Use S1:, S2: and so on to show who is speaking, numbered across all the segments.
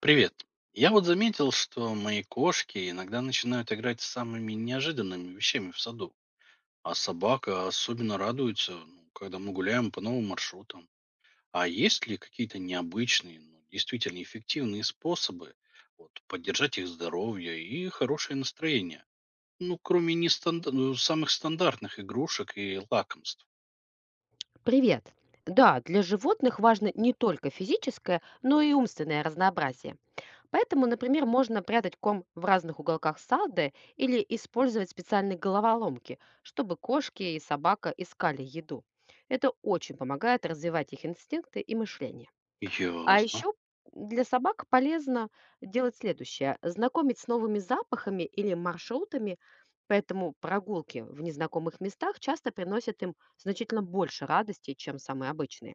S1: Привет. Я вот заметил, что мои кошки иногда начинают играть с самыми неожиданными вещами в саду. А собака особенно радуется, ну, когда мы гуляем по новым маршрутам. А есть ли какие-то необычные, но действительно эффективные способы вот, поддержать их здоровье и хорошее настроение? Ну, кроме ну, самых стандартных игрушек и лакомств.
S2: Привет. Да, для животных важно не только физическое, но и умственное разнообразие. Поэтому, например, можно прятать ком в разных уголках сада или использовать специальные головоломки, чтобы кошки и собака искали еду. Это очень помогает развивать их инстинкты и мышление. А
S1: Ясно.
S2: еще для собак полезно делать следующее: знакомить с новыми запахами или маршрутами, поэтому прогулки в незнакомых местах часто приносят им значительно больше радости, чем самые обычные.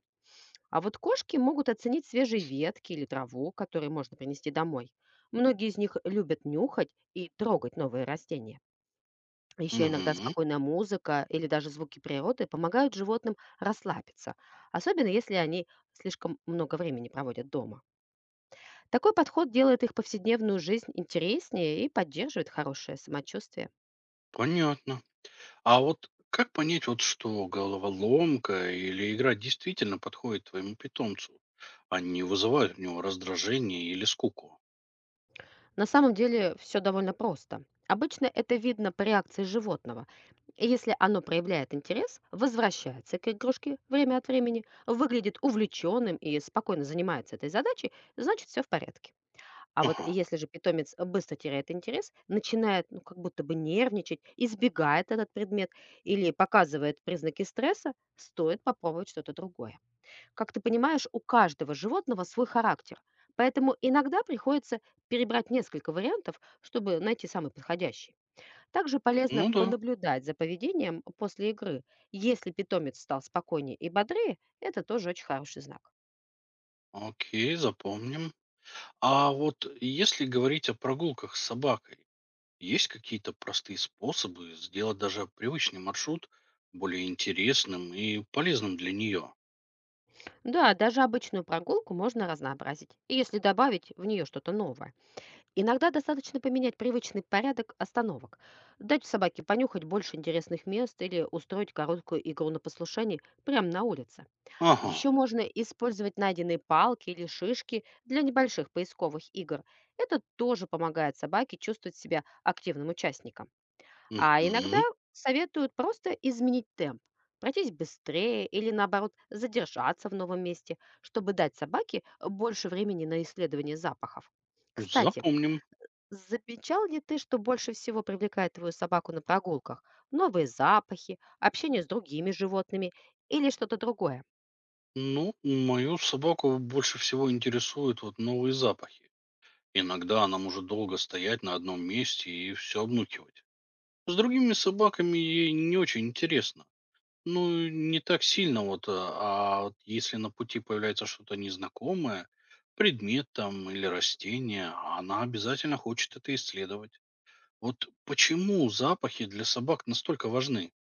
S2: А вот кошки могут оценить свежие ветки или траву, которые можно принести домой. Многие из них любят нюхать и трогать новые растения. Еще иногда
S1: Мгм.
S2: спокойная музыка или даже звуки природы помогают животным расслабиться, особенно если они слишком много времени проводят дома. Такой подход делает их повседневную жизнь интереснее и поддерживает хорошее самочувствие.
S1: Понятно. А вот как понять, вот что головоломка или игра действительно подходит твоему питомцу, а не вызывает у него раздражение или скуку?
S2: На самом деле все довольно просто. Обычно это видно по реакции животного. Если оно проявляет интерес, возвращается к игрушке время от времени, выглядит увлеченным и спокойно занимается этой задачей, значит все в порядке. А вот
S1: Ага,
S2: если же питомец быстро теряет интерес, начинает ну, как будто бы нервничать, избегает этот предмет или показывает признаки стресса, стоит попробовать что-то другое. Как ты понимаешь, у каждого животного свой характер, поэтому иногда приходится перебрать несколько вариантов, чтобы найти самый подходящий. Также полезно
S1: ну да,
S2: понаблюдать за поведением после игры. Если питомец стал спокойнее и бодрее, это тоже очень хороший знак.
S1: окей, запомним. А вот если говорить о прогулках с собакой, есть какие-то простые способы сделать даже привычный маршрут более интересным и полезным для нее?
S2: Да, даже обычную прогулку можно разнообразить, если добавить в нее что-то новое. Иногда достаточно поменять привычный порядок остановок, дать собаке понюхать больше интересных мест или устроить короткую игру на послушании прямо на улице.
S1: Ага,
S2: Еще можно использовать найденные палки или шишки для небольших поисковых игр. Это тоже помогает собаке чувствовать себя активным участником. А иногда
S1: мгм,
S2: советуют просто изменить темп, пройтись быстрее или наоборот задержаться в новом месте, чтобы дать собаке больше времени на исследование запахов. Кстати,
S1: запомним.
S2: замечал ли ты, что больше всего привлекает твою собаку на прогулках? Новые запахи, общение с другими животными или что-то другое?
S1: Ну, мою собаку больше всего интересуют вот новые запахи. Иногда она может долго стоять на одном месте и все обнюхивать. С другими собаками ей не очень интересно. Ну, не так сильно вот, а вот если на пути появляется что-то незнакомое, предмет там или растение, она обязательно хочет это исследовать. Вот почему запахи для собак настолько важны?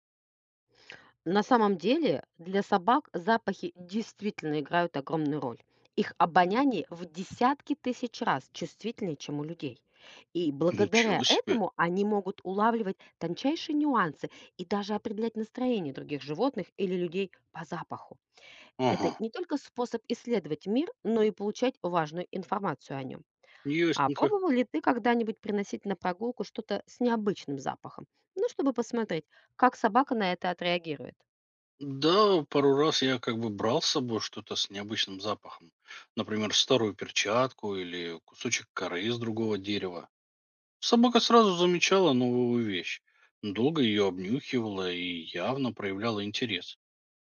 S2: На самом деле для собак запахи действительно играют огромную роль. Их обоняние в десятки тысяч раз чувствительнее, чем у людей. И
S1: Ничего
S2: благодаря
S1: себе.
S2: этому они могут улавливать тончайшие нюансы и даже определять настроение других животных или людей по запаху.
S1: Ага,
S2: Это не только способ исследовать мир, но и получать важную информацию о нем. А
S1: ясненько.
S2: пробовал ли ты когда-нибудь приносить на прогулку что-то с необычным запахом? Ну, чтобы посмотреть, как собака на это отреагирует.
S1: Да, пару раз я как бы брал с собой что-то с необычным запахом. Например, старую перчатку или кусочек коры из другого дерева. Собака сразу замечала новую вещь. Долго ее обнюхивала и явно проявляла интерес.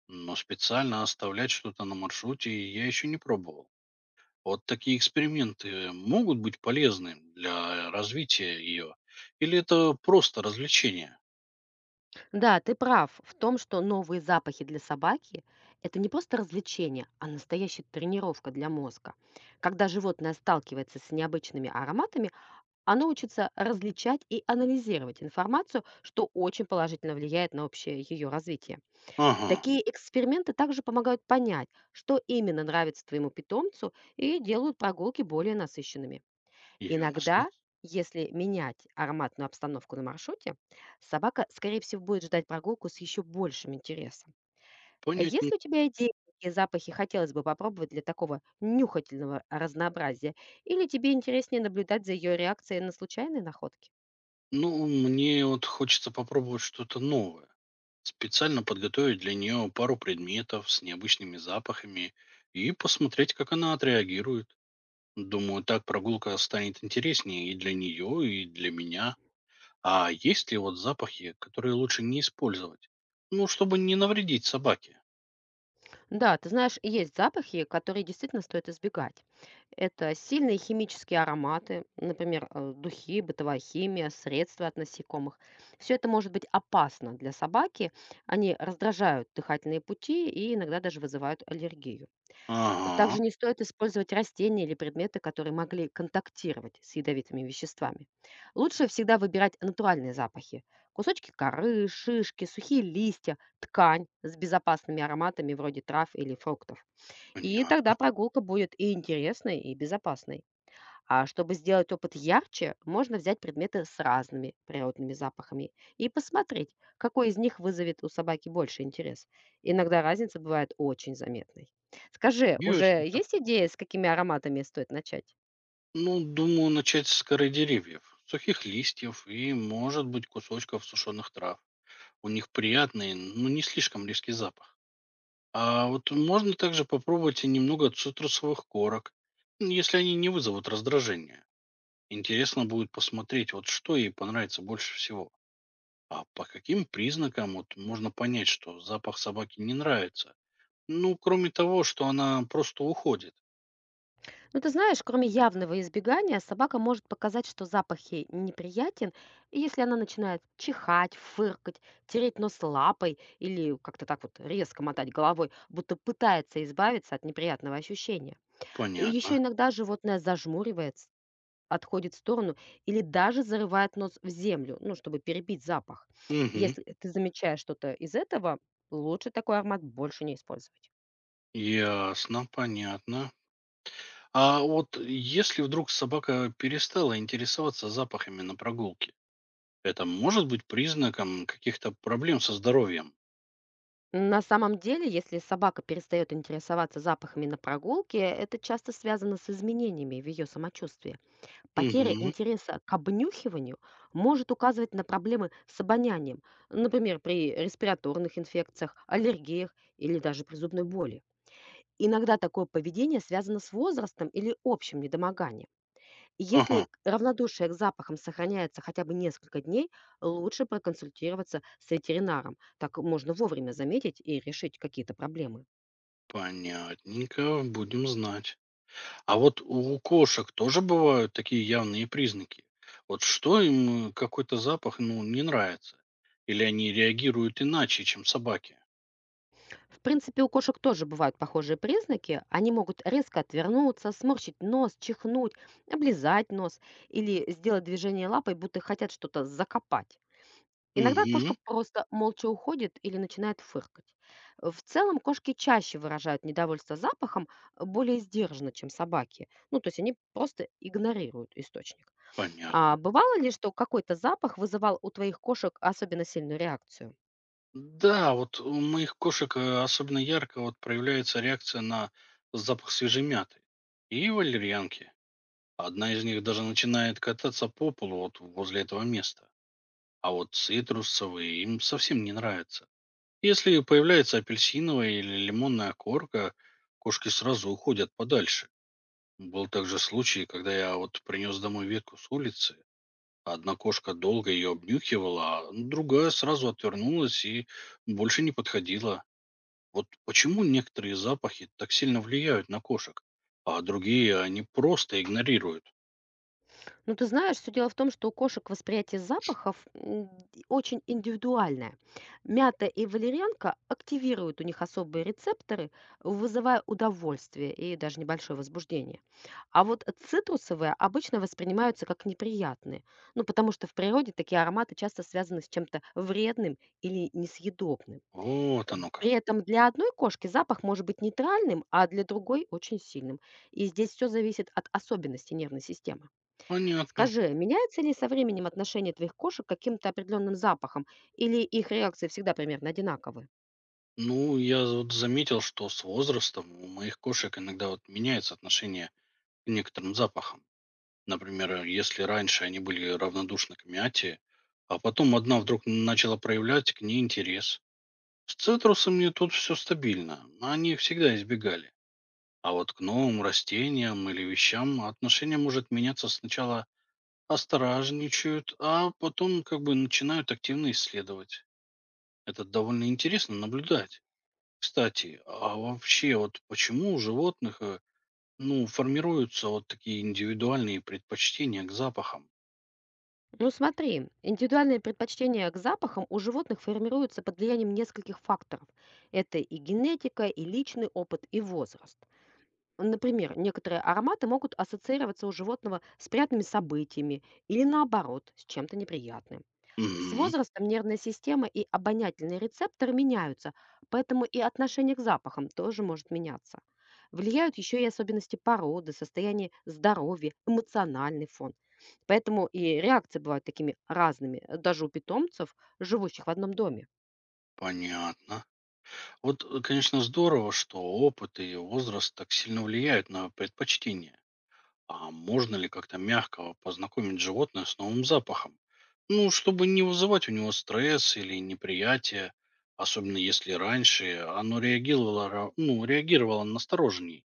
S1: Но специально оставлять что-то на маршруте я еще не пробовал. Вот такие эксперименты могут быть полезны для развития ее? Или это просто развлечение?
S2: Да, ты прав в том, что новые запахи для собаки– это не просто развлечение, а настоящая тренировка для мозга. Когда животное сталкивается с необычными ароматами, оно учится различать и анализировать информацию, что очень положительно влияет на общее ее развитие.
S1: Ага,
S2: Такие эксперименты также помогают понять, что именно нравится твоему питомцу и делают прогулки более насыщенными.
S1: ясно.
S2: Иногда, если менять ароматную обстановку на маршруте, собака, скорее всего, будет ждать прогулку с еще большим интересом. А
S1: Понятно.
S2: Есть ли у тебя идеи, какие запахи хотелось бы попробовать для такого нюхательного разнообразия? Или тебе интереснее наблюдать за ее реакцией на случайные находки?
S1: Ну, мне вот хочется попробовать что-то новое. Специально подготовить для нее пару предметов с необычными запахами и посмотреть, как она отреагирует. Думаю, так прогулка станет интереснее и для нее, и для меня. А есть ли вот запахи, которые лучше не использовать? Ну, чтобы не навредить собаке.
S2: Да, ты знаешь, есть запахи, которые действительно стоит избегать. Это сильные химические ароматы, например, духи, бытовая химия, средства от насекомых. Все это может быть опасно для собаки. Они раздражают дыхательные пути и иногда даже вызывают аллергию.
S1: Ага,
S2: Также не стоит использовать растения или предметы, которые могли контактировать с ядовитыми веществами. Лучше всегда выбирать натуральные запахи. Кусочки коры, шишки, сухие листья, ткань с безопасными ароматами вроде трав или фруктов. И
S1: понятно.
S2: тогда прогулка будет и интересной, и безопасной. А чтобы сделать опыт ярче, можно взять предметы с разными природными запахами и посмотреть, какой из них вызовет у собаки больше интерес. Иногда разница бывает очень заметной. Скажи, уже
S1: Ясненько.
S2: есть идея, с какими ароматами стоит начать?
S1: Ну, думаю, начать с коры деревьев, сухих листьев и, может быть, кусочков сушеных трав. У них приятный, но не слишком резкий запах. А вот можно также попробовать и немного цитрусовых корок, если они не вызовут раздражения. Интересно будет посмотреть, вот что ей понравится больше всего. А по каким признакам вот можно понять, что запах собаки не нравится? Ну, кроме того, что она просто уходит.
S2: Ну, ты знаешь, кроме явного избегания, собака может показать, что запах ей неприятен, и если она начинает чихать, фыркать, тереть нос лапой или как-то так вот резко мотать головой, будто пытается избавиться от неприятного ощущения. И еще
S1: Понятно.
S2: иногда животное зажмуривается, отходит в сторону или даже зарывает нос в землю, ну, чтобы перебить запах.
S1: Угу.
S2: Если ты замечаешь что-то из этого, лучше такой аромат больше не использовать.
S1: Ясно, понятно. А вот если вдруг собака перестала интересоваться запахами на прогулке, это может быть признаком каких-то проблем со здоровьем?
S2: На самом деле, если собака перестает интересоваться запахами на прогулке, это часто связано с изменениями в ее самочувствии. Потеря
S1: Мгм.
S2: интереса к обнюхиванию может указывать на проблемы с обонянием, например, при респираторных инфекциях, аллергиях или даже при зубной боли. Иногда такое поведение связано с возрастом или общим недомоганием. И
S1: Ага.
S2: Если равнодушие к запахам сохраняется хотя бы несколько дней, лучше проконсультироваться с ветеринаром. Так можно вовремя заметить и решить какие-то проблемы.
S1: Понятненько, будем знать. А вот у кошек тоже бывают такие явные признаки. Вот что им какой-то запах, ну, не нравится? Или они реагируют иначе, чем собаки?
S2: В принципе, у кошек тоже бывают похожие признаки. Они могут резко отвернуться, сморщить нос, чихнуть, облизать нос или сделать движение лапой, будто хотят что-то закопать. Иногда
S1: Угу,
S2: кошка просто молча уходит или начинает фыркать. В целом кошки чаще выражают недовольство запахом более сдержанно, чем собаки. Ну, то есть они просто игнорируют источник.
S1: понятно.
S2: А бывало ли, что какой-то запах вызывал у твоих кошек особенно сильную реакцию?
S1: Да, вот у моих кошек особенно ярко вот проявляется реакция на запах свежей мяты и валерьянки. Одна из них даже начинает кататься по полу вот возле этого места. А вот цитрусовые им совсем не нравятся. Если появляется апельсиновая или лимонная корка, кошки сразу уходят подальше. Был также случай, когда я вот принес домой ветку с улицы. Одна кошка долго ее обнюхивала, а другая сразу отвернулась и больше не подходила. Вот почему некоторые запахи так сильно влияют на кошек, а другие они просто игнорируют.
S2: Ну, ты знаешь, все дело в том, что у кошек восприятие запахов, м, д очень индивидуальное. Мята и валерьянка активируют у них особые рецепторы, вызывая удовольствие и даже небольшое возбуждение. А вот цитрусовые обычно воспринимаются как неприятные, ну, потому что в природе такие ароматы часто связаны с чем-то вредным или несъедобным.
S1: Вот
S2: Э,
S1: оно как.
S2: при этом для одной кошки запах может быть нейтральным, а для другой очень сильным. И здесь все зависит от особенностей нервной системы.
S1: Понятно.
S2: Скажи, меняется ли со временем отношение твоих кошек к каким-то определенным запахам, или их реакции всегда примерно одинаковы?
S1: Ну, я вот заметил, что с возрастом у моих кошек иногда вот меняется отношение к некоторым запахам. Например, если раньше они были равнодушны к мяте, а потом одна вдруг начала проявлять к ней интерес. С цитрусами тут все стабильно, они всегда избегали. А вот к новым растениям или вещам отношение может меняться: сначала осторожничают, а потом как бы начинают активно исследовать. Это довольно интересно наблюдать. Кстати, а вообще вот почему у животных, ну, формируются вот такие индивидуальные предпочтения к запахам?
S2: Ну смотри, индивидуальные предпочтения к запахам у животных формируются под влиянием нескольких факторов. Это и генетика, и личный опыт, и возраст. Например, некоторые ароматы могут ассоциироваться у животного с приятными событиями или наоборот, с чем-то неприятным. С
S1: Мгм,
S2: возрастом нервная система и обонятельные рецепторы меняются, поэтому и отношение к запахам тоже может меняться. Влияют еще и особенности породы, состояние здоровья, эмоциональный фон. Поэтому и реакции бывают такими разными, даже у питомцев, живущих в одном доме.
S1: понятно. Вот, конечно, здорово, что опыт и возраст так сильно влияют на предпочтения. А можно ли как-то мягко познакомить животное с новым запахом? Ну, чтобы не вызывать у него стресс или неприятие, особенно если раньше оно реагировало, ну, реагировало настороженней.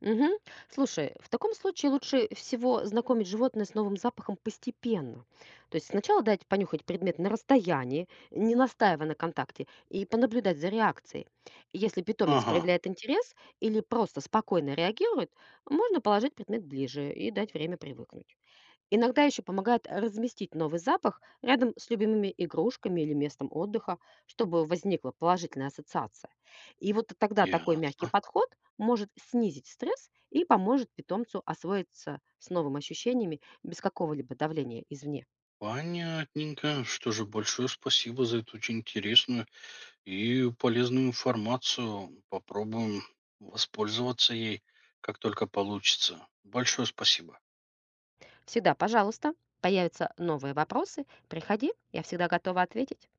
S2: Мгм. Слушай, в таком случае лучше всего знакомить животное с новым запахом постепенно. То есть сначала дать понюхать предмет на расстоянии, не настаивая на контакте, и понаблюдать за реакцией. Если питомец
S1: Ага,
S2: проявляет интерес или просто спокойно реагирует, можно положить предмет ближе и дать время привыкнуть. Иногда еще помогает разместить новый запах рядом с любимыми игрушками или местом отдыха, чтобы возникла положительная ассоциация. И вот тогда
S1: я
S2: такой мягкий подход может снизить стресс и поможет питомцу освоиться с новыми ощущениями без какого-либо давления извне.
S1: понятненько. Что же, большое спасибо за эту очень интересную и полезную информацию. Попробуем воспользоваться ей, как только получится. Большое спасибо.
S2: Всегда, пожалуйста, появятся новые вопросы, приходи, я всегда готова ответить.